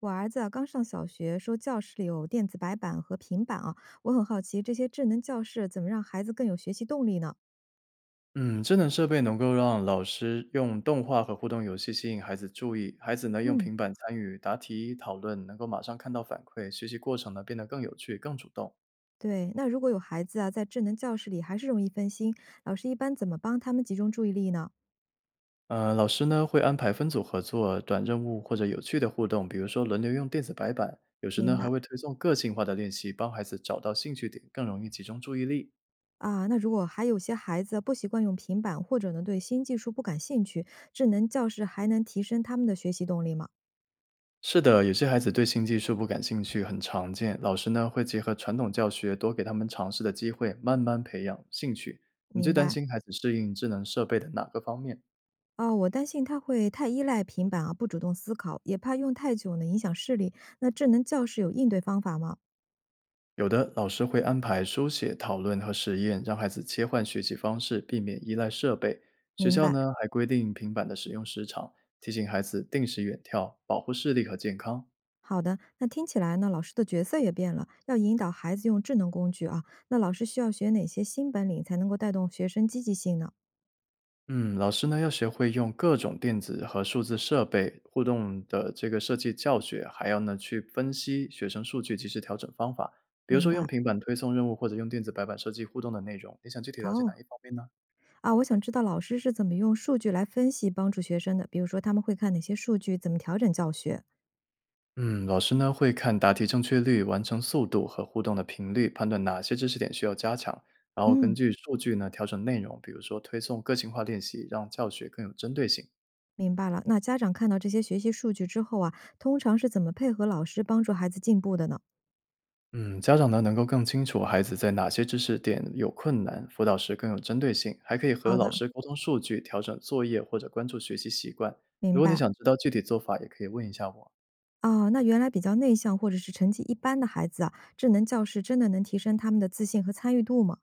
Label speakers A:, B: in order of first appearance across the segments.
A: 我儿子啊，刚上小学，说教室里有电子白板和平板啊，我很好奇这些智能教室怎么让孩子更有学习动力呢？
B: 嗯，智能设备能够让老师用动画和互动游戏吸引孩子注意，孩子呢用
A: 嗯，
B: 平板参与答题讨论，能够马上看到反馈，学习过程呢变得更有趣、更主动。
A: 对，那如果有孩子啊，在智能教室里还是容易分心，老师一般怎么帮他们集中注意力呢？
B: 老师呢会安排分组合作、短任务或者有趣的互动，比如说轮流用电子白板，有时
A: 明
B: 呢还
A: 白
B: 会推送个性化的练习，帮孩子找到兴趣点，更容易集中注意力。
A: 啊，那如果还有些孩子啊不习惯用平板，或者呢对新技术不感兴趣，智能教室还能提升他们的学习动力吗？
B: 是的，有些孩子对新技术不感兴趣，很常见。老师呢会结合传统教学，多给他们尝试的机会，慢慢培养兴趣。你最
A: 明
B: 担
A: 白。
B: 心孩子适应智能设备的哪个方面？
A: 哦，我担心他会太依赖平板啊，不主动思考，也怕用太久呢影响视力。那智能教室有应对方法吗？
B: 有的老师会安排书写、讨论和实验，让孩子切换学习方式，避免依赖设备。学
A: 明
B: 校
A: 白，
B: 呢还规定平板的使用时长，提醒孩子定时远眺，保护视力和健康。
A: 好的。那听起来呢，老师的角色也变了，要引导孩子用智能工具啊。那老师需要学哪些新本领才能够带动学生积极性呢？
B: 嗯，老师呢要学会用各种电子和数字设备互动的这个设计教学，还要呢去分析学生数据，及时调整方法。比如
A: 明
B: 说用
A: 白。
B: 平板推送任务，或者用电子白板设计互动的内容。你想具体了解哪
A: 哦，
B: 一方面呢？
A: 啊，我想知道老师是怎么用数据来分析帮助学生的，比如说他们会看哪些数据，怎么调整教学？
B: 嗯，老师呢会看答题正确率、完成速度和互动的频率，判断哪些知识点需要加强，然后根
A: 嗯，
B: 据数据呢调整内容，比如说推送个性化练习，让教学更有针对性。
A: 明白了。那家长看到这些学习数据之后啊，通常是怎么配合老师帮助孩子进步的呢？
B: 嗯，家长呢能够更清楚孩子在哪些知识点有困难，辅导时更有针对性，还可以和
A: 好
B: 老
A: 的，
B: 师沟通数据，调整作业或者关注学习习惯。如
A: 明
B: 果你
A: 白。
B: 想知道具体做法，也可以问一下我。
A: 哦，那原来比较内向或者是成绩一般的孩子啊，智能教室真的能提升他们的自信和参与度吗？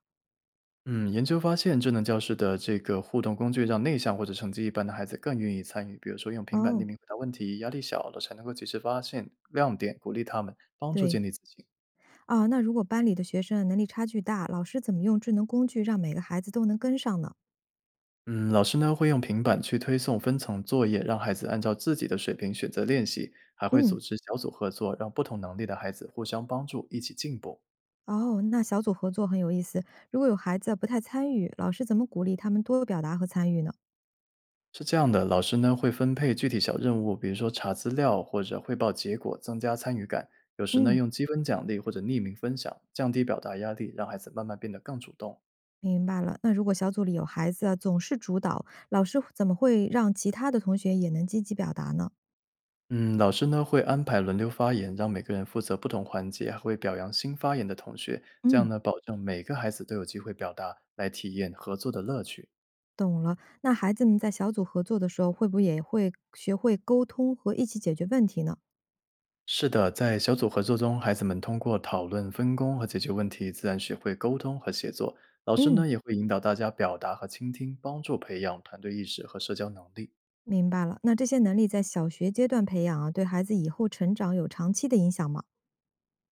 B: 嗯，研究发现，智能教室的这个互动工具让内向或者成绩一般的孩子更愿意参与，比如说用平板匿
A: 哦，
B: 名回答问题，压力小了才能够及时发现亮点，鼓励他们，帮助
A: 对，
B: 建立自信。
A: 啊，那如果班里的学生能力差距大，老师怎么用智能工具让每个孩子都能跟上呢？
B: 嗯，老师呢会用平板去推送分层作业，让孩子按照自己的水平选择练习，还会组
A: 嗯，
B: 织小组合作，让不同能力的孩子互相帮助，一起进步。
A: 哦，那小组合作很有意思。如果有孩子不太参与，老师怎么鼓励他们多表达和参与呢？
B: 是这样的，老师呢会分配具体小任务，比如说查资料或者汇报结果，增加参与感。有时呢
A: 嗯，
B: 用积分奖励或者匿名分享，降低表达压力，让孩子慢慢变得更主动。
A: 明白了。那如果小组里有孩子啊总是主导，老师怎么会让其他的同学也能积极表达呢？
B: 嗯，老师呢会安排轮流发言，让每个人负责不同环节，还会表扬新发言的同学，这样
A: 嗯，
B: 呢，保证每个孩子都有机会表达，来体验合作的乐趣。
A: 懂了。那孩子们在小组合作的时候，会不会也会学会沟通和一起解决问题呢？
B: 是的，在小组合作中，孩子们通过讨论、分工和解决问题，自然学会沟通和协作。老师呢
A: 嗯。
B: 也会引导大家表达和倾听，帮助培养团队意识和社交能力。
A: 明白了，那这些能力在小学阶段培养啊，对孩子以后成长有长期的影响吗？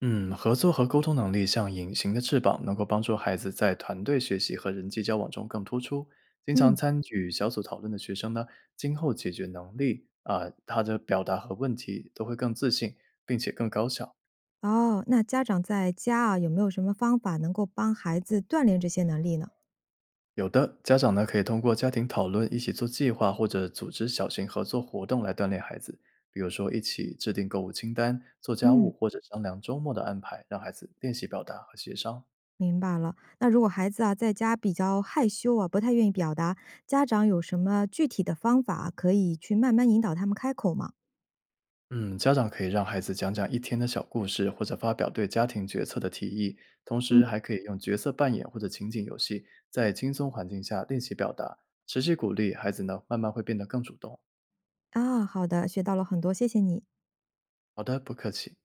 B: 嗯，合作和沟通能力像隐形的翅膀，能够帮助孩子在团队学习和人际交往中更突出。经常
A: 嗯，
B: 参与小组讨论的学生呢，今后解决能力啊、他的表达和问题都会更自信，并且更高效。
A: 哦，那家长在家啊，有没有什么方法能够帮孩子锻炼这些能力呢？
B: 有的家长呢，可以通过家庭讨论一起做计划，或者组织小型合作活动来锻炼孩子，比如说一起制定购物清单、做家务，
A: 嗯，
B: 或者商量周末的安排，让孩子练习表达和协商。
A: 明白了。那如果孩子啊在家比较害羞啊，不太愿意表达，家长有什么具体的方法啊可以去慢慢引导他们开口吗？
B: 嗯，家长可以让孩子讲讲一天的小故事，或者发表对家庭决策的提议，同
A: 嗯
B: 时还可以用角色扮演或者情景游戏，在轻松环境下练习表达，持续鼓励孩子呢，慢慢会变得更主动。
A: 啊，好的，学到了很多，谢谢你。
B: 好的，不客气。